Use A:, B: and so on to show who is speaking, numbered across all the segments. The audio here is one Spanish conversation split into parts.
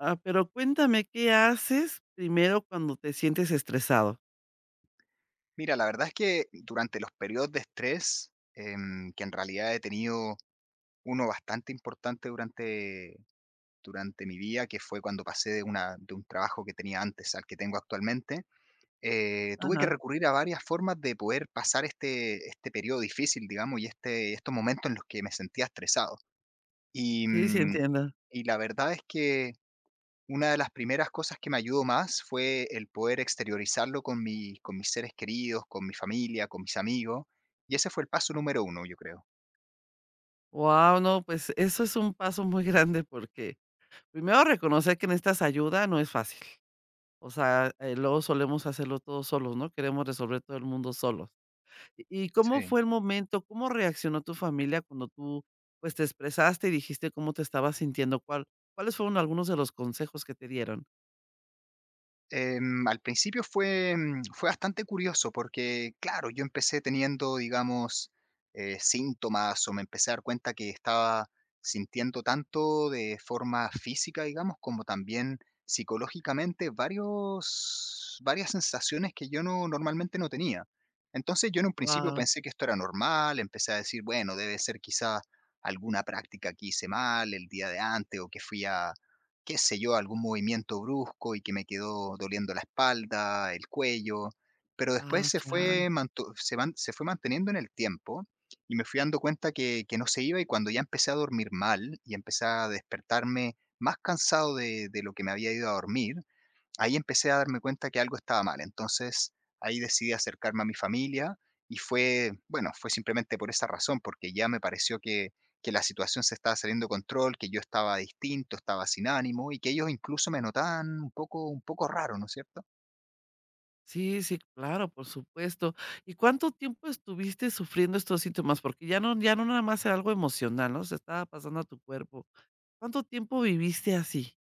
A: Ah, pero cuéntame, ¿qué haces primero cuando te sientes estresado?
B: Mira, la verdad es que durante los periodos de estrés, que en realidad he tenido uno bastante importante durante mi vida, que fue cuando pasé de un trabajo que tenía antes al que tengo actualmente, tuve que
A: Ajá.
B: recurrir a varias formas de poder pasar este periodo difícil, digamos, y estos momentos en los que me sentía estresado. Y,
A: Sí, sí,
B: mm,
A: entiendo.
B: y la verdad es que una de las primeras cosas que me ayudó más fue el poder exteriorizarlo con mi con mis seres queridos, con mi familia, con mis amigos, y ese fue el paso número uno, yo creo.
A: Wow, no, pues eso es un paso muy grande porque primero reconocer que necesitas ayuda no es fácil. O sea, luego solemos hacerlo todos solos, ¿no? Queremos resolver todo el mundo solos. ¿Y cómo
B: Sí.
A: fue el momento? ¿Cómo reaccionó tu familia cuando tú, pues, te expresaste y dijiste cómo te estabas sintiendo? ¿Cuáles fueron algunos de los consejos que te dieron?
B: Al principio fue, fue bastante curioso porque, claro, yo empecé teniendo, digamos, síntomas o me empecé a dar cuenta que estaba sintiendo tanto de forma física, digamos, como también psicológicamente varias sensaciones que yo no, normalmente no tenía. Entonces yo en un principio
A: Wow.
B: pensé que esto era normal, empecé a decir, bueno, debe ser quizá alguna práctica que hice mal el día de antes o que qué sé yo, algún movimiento brusco y que me quedó doliendo la espalda, el cuello, pero después
A: Ah,
B: se fue
A: ya.
B: mantu se man se fue manteniendo en el tiempo y me fui dando cuenta que no se iba, y cuando ya empecé a dormir mal y empecé a despertarme más cansado de lo que me había ido a dormir. Ahí empecé a darme cuenta que algo estaba mal. Entonces, ahí decidí acercarme a mi familia y fue, bueno, fue simplemente por esa razón, porque ya me pareció que la situación se estaba saliendo de control, que yo estaba distinto, estaba sin ánimo y que ellos incluso me notaban un poco raro, ¿no es cierto?
A: Sí, sí, claro, por supuesto. ¿Y cuánto tiempo estuviste sufriendo estos síntomas? Porque ya no nada más era algo emocional, ¿no? Se estaba pasando a tu cuerpo. ¿Cuánto tiempo viviste así?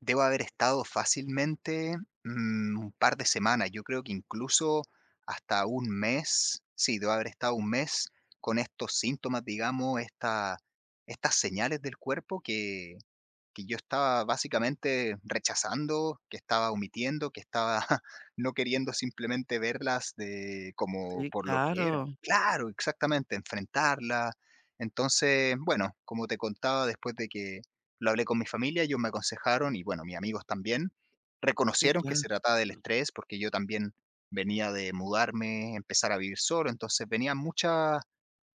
B: Debo haber estado fácilmente un par de semanas, yo creo que incluso hasta un mes, sí, debo haber estado un mes con estos síntomas, digamos, esta, estas señales del cuerpo que yo estaba básicamente rechazando, que estaba omitiendo, que estaba no queriendo simplemente verlas de como
A: Sí,
B: por lo que era.
A: claro.
B: Claro, exactamente, enfrentarla. Entonces, bueno, como te contaba, después de que lo hablé con mi familia, ellos me aconsejaron y bueno, mis amigos también
A: Sí,
B: reconocieron que
A: claro.
B: se trataba del estrés porque yo también venía de mudarme, empezar a vivir solo, entonces venían muchas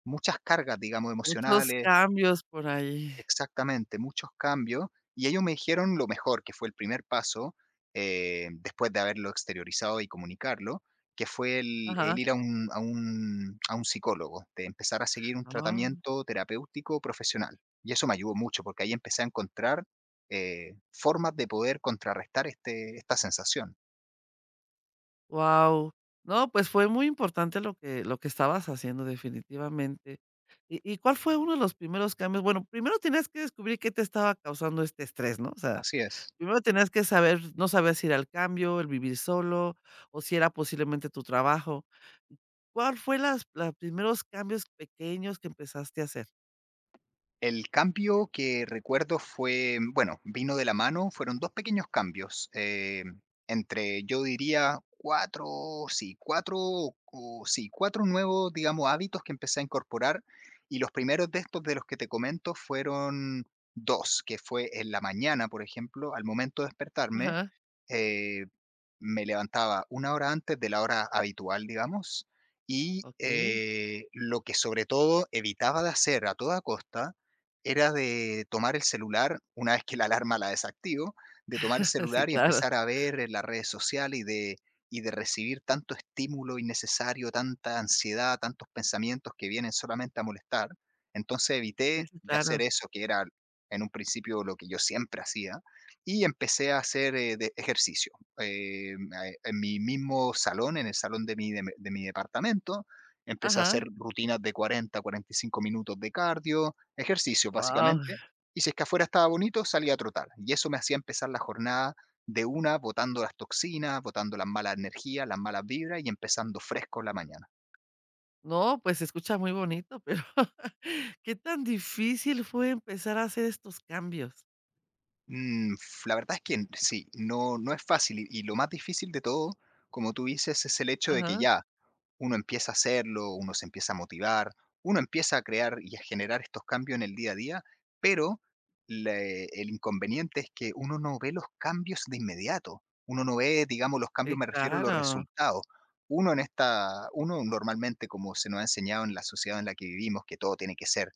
B: muchas cargas, digamos,
A: Muchos
B: emocionales.
A: cambios por ahí.
B: Exactamente, muchos cambios, y ellos me dijeron lo mejor, que fue el primer paso, después de haberlo exteriorizado y comunicarlo, que fue el
A: Ajá.
B: ir a un psicólogo, de empezar a seguir un
A: Wow.
B: tratamiento terapéutico profesional. Y eso me ayudó mucho, porque ahí empecé a encontrar, formas de poder contrarrestar esta sensación.
A: No, pues fue muy importante lo que estabas haciendo definitivamente. ¿Y cuál fue uno de los primeros cambios? Bueno, primero tenías que descubrir qué te estaba causando este estrés, ¿no? O sea,
B: Así es.
A: primero tenías que saber, no sabías si era el cambio, el vivir solo, o si era posiblemente tu trabajo. ¿Cuál fue las los primeros cambios pequeños que empezaste a hacer?
B: El cambio que recuerdo fue, bueno, vino de la mano, fueron 2 pequeños cambios, entre, yo diría 4, sí, 4, o sí, 4 nuevos, digamos, hábitos que empecé a incorporar, y los primeros de estos, de los que te comento, fueron dos, que fue en la mañana, por ejemplo, al momento de despertarme,
A: Ajá,
B: eh, me levantaba una hora antes de la hora habitual, digamos, y
A: okey.
B: lo que sobre todo evitaba de hacer a toda costa era de tomar el celular, una vez que la alarma la desactivo, de tomar el
A: Sí,
B: celular y
A: claro.
B: empezar a ver en las redes sociales y de recibir tanto estímulo innecesario, tanta ansiedad, tantos pensamientos que vienen solamente a molestar. Entonces
A: Sí,
B: evité
A: sí,
B: de hacer
A: claro.
B: eso, que era en un principio lo que yo siempre hacía, y empecé a hacer de ejercicio. En mi mismo salón, en el salón de mi, de, mi de mi departamento, empecé a hacer
A: Ajá.
B: rutinas de 45 minutos de cardio, ejercicio
A: Wow.
B: básicamente. Y si es que afuera estaba bonito, salía a trotar. Y eso me hacía empezar la jornada de una, botando las toxinas, botando las malas energías, las malas vibras y empezando fresco la mañana.
A: No, pues se escucha muy bonito, pero ¿qué tan difícil fue empezar a hacer estos cambios?
B: La verdad es que no, no es fácil y lo más difícil de todo, como tú dices, es el hecho de que
A: Ajá.
B: ya uno empieza a hacerlo, uno se empieza a motivar, uno empieza a crear y a generar estos cambios en el día a día, pero el inconveniente es que uno no ve los cambios de inmediato, uno no ve, digamos, los cambios,
A: Sí,
B: me refiero a los
A: claro.
B: resultados. Uno en esta, uno normalmente, como se nos ha enseñado en la sociedad en la que vivimos, que todo tiene que ser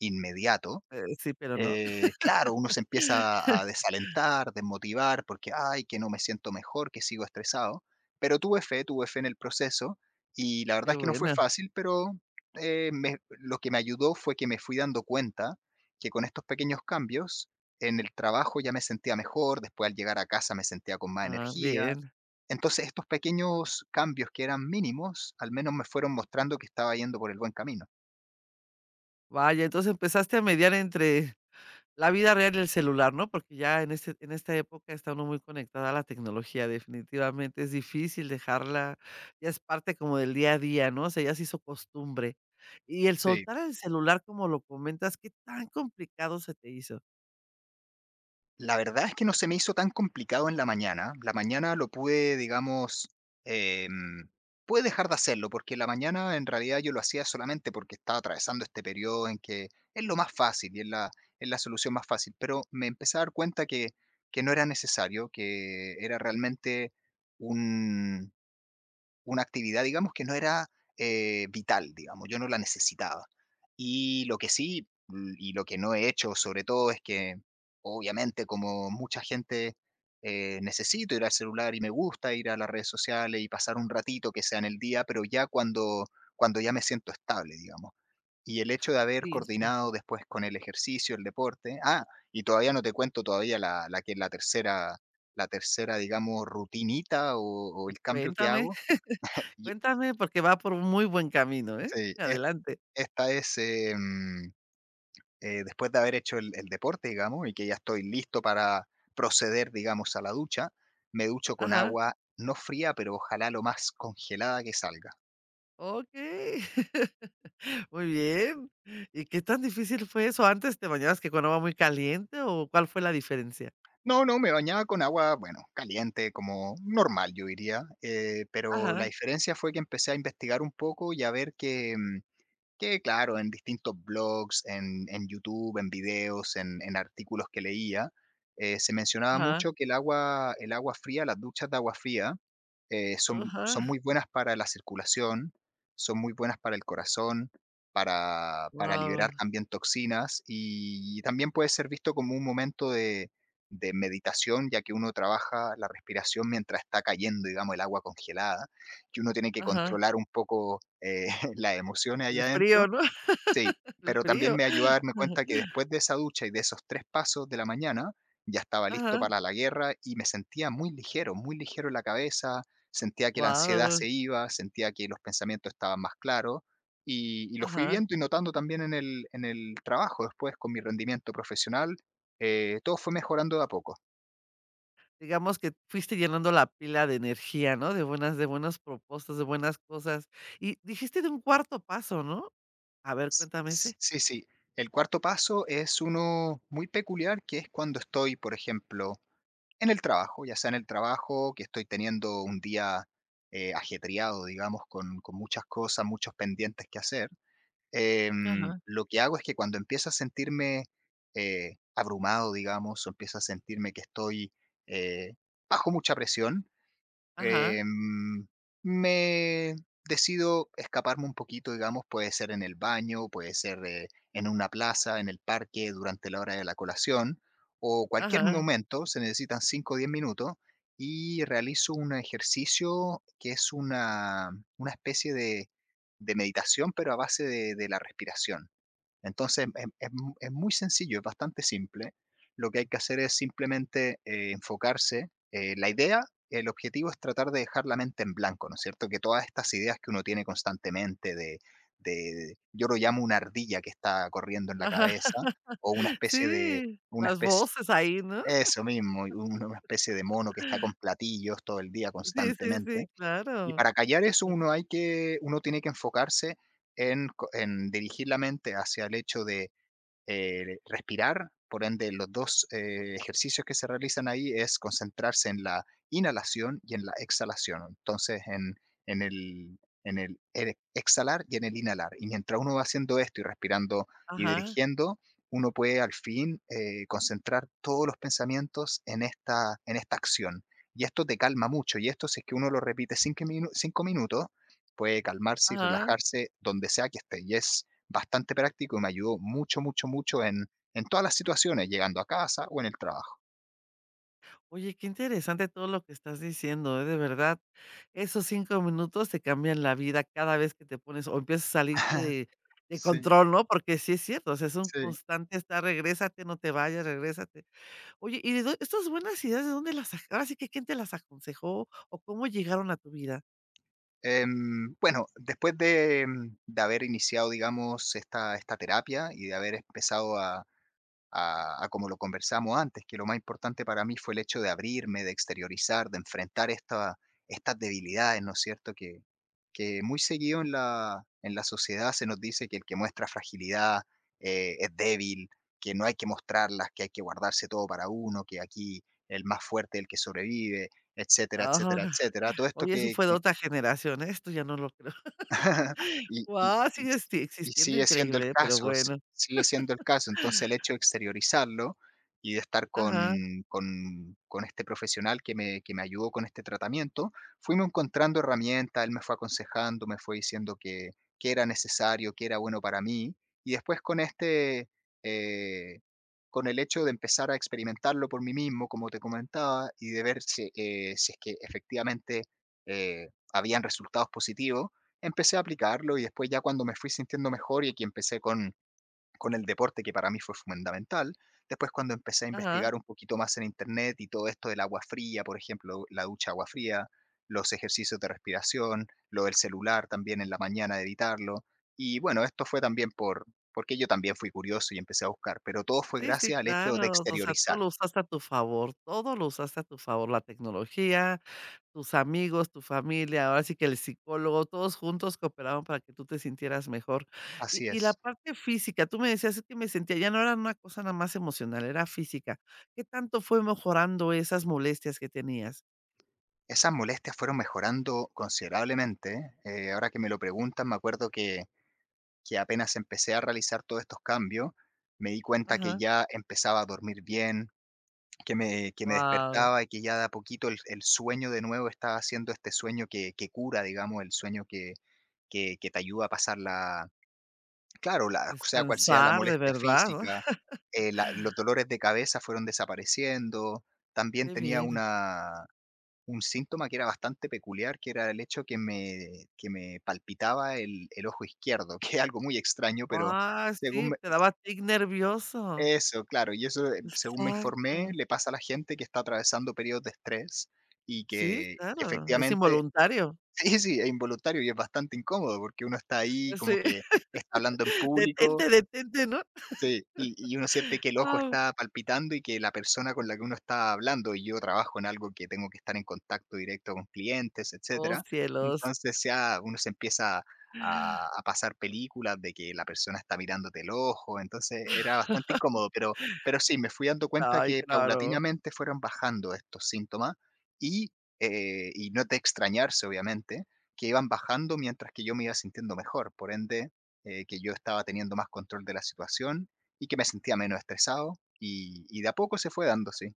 B: inmediato,
A: Sí, pero no.
B: claro, uno se empieza a desalentar, desmotivar, porque, ay, que no me siento mejor, que sigo estresado, pero tuve fe en el proceso y la verdad
A: Qué
B: es que no fue
A: buena.
B: fácil, pero lo que me ayudó fue que me fui dando cuenta que con estos pequeños cambios en el trabajo ya me sentía mejor, después al llegar a casa me sentía con más
A: Ah,
B: energía.
A: bien.
B: Entonces estos pequeños cambios que eran mínimos, al menos me fueron mostrando que estaba yendo por el buen camino.
A: Vaya, entonces empezaste a mediar entre la vida real del celular, ¿no? Porque ya en esta época está uno muy conectada a la tecnología, definitivamente es difícil dejarla, ya es parte como del día a día, ¿no? O sea, ya se hizo costumbre. Y el
B: Sí.
A: soltar el celular, como lo comentas, ¿qué tan complicado se te hizo?
B: La verdad es que no se me hizo tan complicado en la mañana. La mañana lo pude, digamos, em, pude dejar de hacerlo, porque la mañana en realidad yo lo hacía solamente porque estaba atravesando este periodo en que es lo más fácil y es la solución más fácil, pero me empecé a dar cuenta que no era necesario, que era realmente una actividad, digamos, que no era, vital, digamos, yo no la necesitaba. Y lo que sí, l y lo que no he hecho, sobre todo, es que, obviamente, como mucha gente, necesito ir al celular y me gusta ir a las redes sociales y pasar un ratito que sea en el día, pero ya cuando ya me siento estable, digamos. Y el hecho de haber
A: Oye, sí,
B: coordinado después con el ejercicio, el deporte y todavía no te cuento todavía la que es la tercera, digamos, rutinita o
A: pues
B: el cambio que
A: cuéntame,
B: hago, y
A: cuéntame, porque va por un muy buen camino, ¿eh?
B: sí, es
A: Adelante.
B: esta es, después de haber hecho el deporte, digamos, y que ya estoy listo para proceder, digamos, a la ducha, me ducho con
A: Ajá,
B: agua no fría, pero ojalá lo más congelada que salga.
A: okey. Muy bien. ¿Y qué tan difícil fue eso? ¿Antes te bañabas que cuando va muy caliente o cuál fue la diferencia?
B: No, no, me bañaba con agua, bueno, caliente, como normal, yo diría, pero la
A: Ajá,
B: diferencia fue que empecé a investigar un poco y a ver que claro, en distintos blogs, en YouTube, en videos, en artículos que leía, se mencionaba
A: ajá.
B: mucho que el agua fría, las duchas de agua fría, eh, son,
A: Ajá,
B: son muy buenas para la circulación, son muy buenas para el corazón, para
A: wow,
B: liberar también toxinas y, también puede ser visto como un momento de meditación, ya que uno trabaja la respiración mientras está cayendo, digamos, el agua congelada, que uno tiene que
A: ajá,
B: controlar un poco las emociones allá
A: el
B: adentro.
A: frío, ¿no?
B: Sí,
A: El
B: pero también
A: frío,
B: me ayudó a darme cuenta que después de esa ducha y de esos 3 pasos de la mañana, ya estaba listo
A: ajá,
B: para la guerra y me sentía muy ligero en la cabeza, sentía que la ansiedad
A: wow,
B: se iba, sentía que los pensamientos estaban más claros, y lo fui
A: ajá.
B: viendo y notando también en el trabajo después con mi rendimiento profesional, todo fue mejorando de a poco.
A: Digamos que fuiste llenando la pila de energía, ¿no? De buenas propuestas, de buenas cosas. Y dijiste de un cuarto paso, ¿no? A ver,
B: S
A: cuéntame
B: s
A: ese.
B: sí, sí. El cuarto paso es uno muy peculiar, que es cuando estoy, por ejemplo, en el trabajo, ya sea en el trabajo, que estoy teniendo un día, ajetreado, digamos, con muchas cosas, muchos pendientes que hacer,
A: Ajá,
B: lo que hago es que cuando empiezo a sentirme, abrumado, digamos, o empiezo a sentirme que estoy, eh, bajo mucha presión.
A: ajá,
B: Em, Me decido escaparme un poquito, digamos, puede ser en el baño, puede ser en una plaza, en el parque, durante la hora de la colación, o cualquier
A: ajá,
B: momento, se necesitan 5 o 10 minutos, y realizo un ejercicio que es una especie de meditación, pero a base de la respiración. Entonces, es muy sencillo, es bastante simple. Lo que hay que hacer es simplemente enfocarse. La idea, el objetivo es tratar de dejar la mente en blanco, ¿no es cierto? Que todas estas ideas que uno tiene constantemente yo lo llamo una ardilla que está corriendo en la
A: ajá,
B: cabeza o
A: sí,
B: una
A: las
B: especie,
A: voces ahí, ¿no?
B: eso mismo, una especie de mono que está con platillos todo el día
A: Sí, sí,
B: constantemente.
A: sí,
B: Y
A: claro.
B: para callar eso uno tiene que enfocarse en dirigir la mente hacia el hecho de respirar, por ende los dos ejercicios que se realizan ahí es concentrarse en la inhalación y en la exhalación. Entonces, en el, en el exhalar y en el inhalar. Y mientras uno va haciendo esto y respirando y
A: Ajá,
B: dirigiendo, uno puede al fin concentrar todos los pensamientos en esta acción. Y esto te calma mucho. Y esto, si es que uno lo repite 5 minutos, puede calmarse y
A: ajá.
B: relajarse donde sea que esté. Y es bastante práctico y me ayudó mucho, mucho, mucho en todas las situaciones, llegando a casa o en el trabajo.
A: Oye, qué interesante todo lo que estás diciendo, ¿eh? De verdad, esos 5 minutos te cambian la vida cada vez que te pones o empiezas a salirte de
B: Sí,
A: control, ¿no? Porque sí es cierto, o sea, es un
B: sí.
A: constante estar, regrésate, no te vayas, regrésate. Oye, ¿y de dó estas buenas ideas de dónde las sac ahora sí que quién te las aconsejó o cómo llegaron a tu vida?
B: Bueno, después de, de haber iniciado, digamos, esta terapia y de haber empezado a como lo conversamos antes, que lo más importante para mí fue el hecho de abrirme, de exteriorizar, de enfrentar esta, estas debilidades, ¿no es cierto? Que muy seguido en la sociedad se nos dice que el que muestra fragilidad es débil, que no hay que mostrarlas, que hay que guardarse todo para uno, que aquí el más fuerte es el que sobrevive, etcétera,
A: Ah,
B: etcétera, etcétera. Todo esto
A: oye, eso
B: que,
A: fue de otra generación, ¿eh? Esto ya no lo creo.
B: Y
A: Wow,
B: y
A: sigue
B: s
A: esti
B: y
A: existiendo,
B: sigue siendo el
A: increíble, ¿eh? Pero
B: caso, s
A: bueno.
B: sigue siendo el caso. Entonces, el hecho de exteriorizarlo y de estar
A: Ajá,
B: con este profesional que me ayudó con este tratamiento, fuimos encontrando herramientas, él me fue aconsejando, me fue diciendo que era necesario, que era bueno para mí. Y después con este, eh, con el hecho de empezar a experimentarlo por mí mismo, como te comentaba, y de ver si, si es que efectivamente, habían resultados positivos. Empecé a aplicarlo y después ya cuando me fui sintiendo mejor y aquí empecé con el deporte, que para mí fue fundamental. Después cuando empecé a
A: ajá.
B: investigar un poquito más en internet y todo esto del agua fría, por ejemplo, la ducha agua fría, los ejercicios de respiración, lo del celular también en la mañana de evitarlo. Y bueno, esto fue también por porque yo también fui curioso y empecé a buscar, pero todo fue
A: Sí, sí,
B: gracias al hecho de
A: claro, o sea, todo
B: exteriorizar.
A: lo usaste a tu favor, todo lo usaste a tu favor, la tecnología, tus amigos, tu familia, ahora sí que el psicólogo, todos juntos cooperaban para que tú te sintieras mejor. Y
B: Así
A: y la
B: es.
A: parte física, tú me decías: "Es que me sentía", ya no era una cosa nada más emocional, era física. ¿Qué tanto fue mejorando esas molestias que tenías?
B: Esas molestias fueron mejorando considerablemente. Ahora que me lo preguntan, me acuerdo que apenas empecé a realizar todos estos cambios, me di cuenta que
A: Ajá,
B: ya empezaba a dormir bien, que me
A: wow,
B: despertaba y que ya de a poquito el sueño de nuevo estaba haciendo este sueño que cura, digamos, el sueño que te ayuda a pasar la, claro, la, o sea cual sea la
A: descansar de
B: molestia
A: verdad,
B: física,
A: ah,
B: la- los dolores de cabeza fueron desapareciendo, también
A: qué
B: tenía
A: bien.
B: una, un síntoma que era bastante peculiar, que era el hecho que me palpitaba el ojo izquierdo, que es algo muy extraño, pero
A: Ah, sí,
B: según me
A: te daba tic nervioso.
B: eso, claro, y eso, según me informé,
A: Exacto.
B: le pasa a la gente que está atravesando periodos de estrés y
A: Sí,
B: que
A: claro, es
B: efectivamente
A: involuntario.
B: sí, sí, es involuntario y es bastante incómodo, porque uno está ahí como
A: Sí.
B: que está hablando en público.
A: Detente, detente, ¿no?
B: Sí, y uno siente que el ojo
A: Guau.
B: está palpitando y que la persona con la que uno está hablando, y yo trabajo en algo que tengo que estar en contacto directo con clientes,
A: Oh,
B: etcétera.
A: cielos.
B: Entonces, ya uno se empieza a pasar películas de que la persona está mirándote el ojo, entonces era bastante incómodo, pero sí, me fui dando cuenta
A: Ay,
B: que
A: claro.
B: paulatinamente fueron bajando estos síntomas y, y no es de extrañarse, obviamente, que iban bajando mientras que yo me iba sintiendo mejor, por ende, que yo estaba teniendo más control de la situación y que me sentía menos estresado y de a poco se fue dando, sí.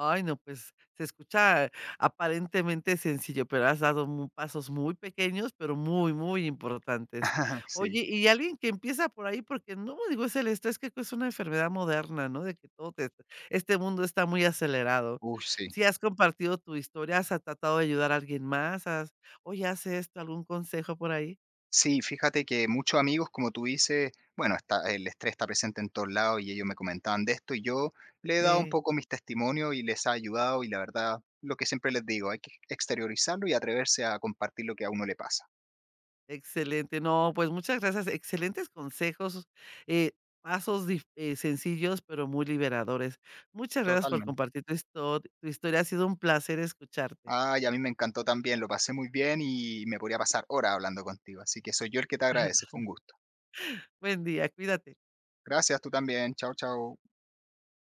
A: Ay, no, pues se escucha aparentemente sencillo, pero has dado mu pasos muy pequeños, pero muy, muy importantes.
B: Sí,
A: Oye, y alguien que empieza por ahí, porque no, digo, es el estrés que es una enfermedad moderna, ¿no? De que todo te este mundo está muy acelerado.
B: uy, sí.
A: Si has compartido tu historia, ¿has tratado de ayudar a alguien más? ¿Has oye, haz esto, algún consejo por ahí?
B: Sí, fíjate que muchos amigos, como tú dices, bueno, está, el estrés está presente en todos lados y ellos me comentaban de esto y yo le he dado un
A: Eh,
B: poco mis testimonios y les ha ayudado y la verdad, lo que siempre les digo, hay que exteriorizarlo y atreverse a compartir lo que a uno le pasa.
A: Excelente. No, pues muchas gracias. Excelentes consejos, eh, pasos dif sencillos, pero muy liberadores. Muchas gracias por
B: Totalmente.
A: compartir tu historia. Ha sido un placer escucharte.
B: Ay, a mí me encantó también, lo pasé muy bien y me podría pasar horas hablando contigo, así que soy yo el que te agradece, fue un gusto.
A: Buen día, cuídate.
B: Gracias, tú también, chao, chao.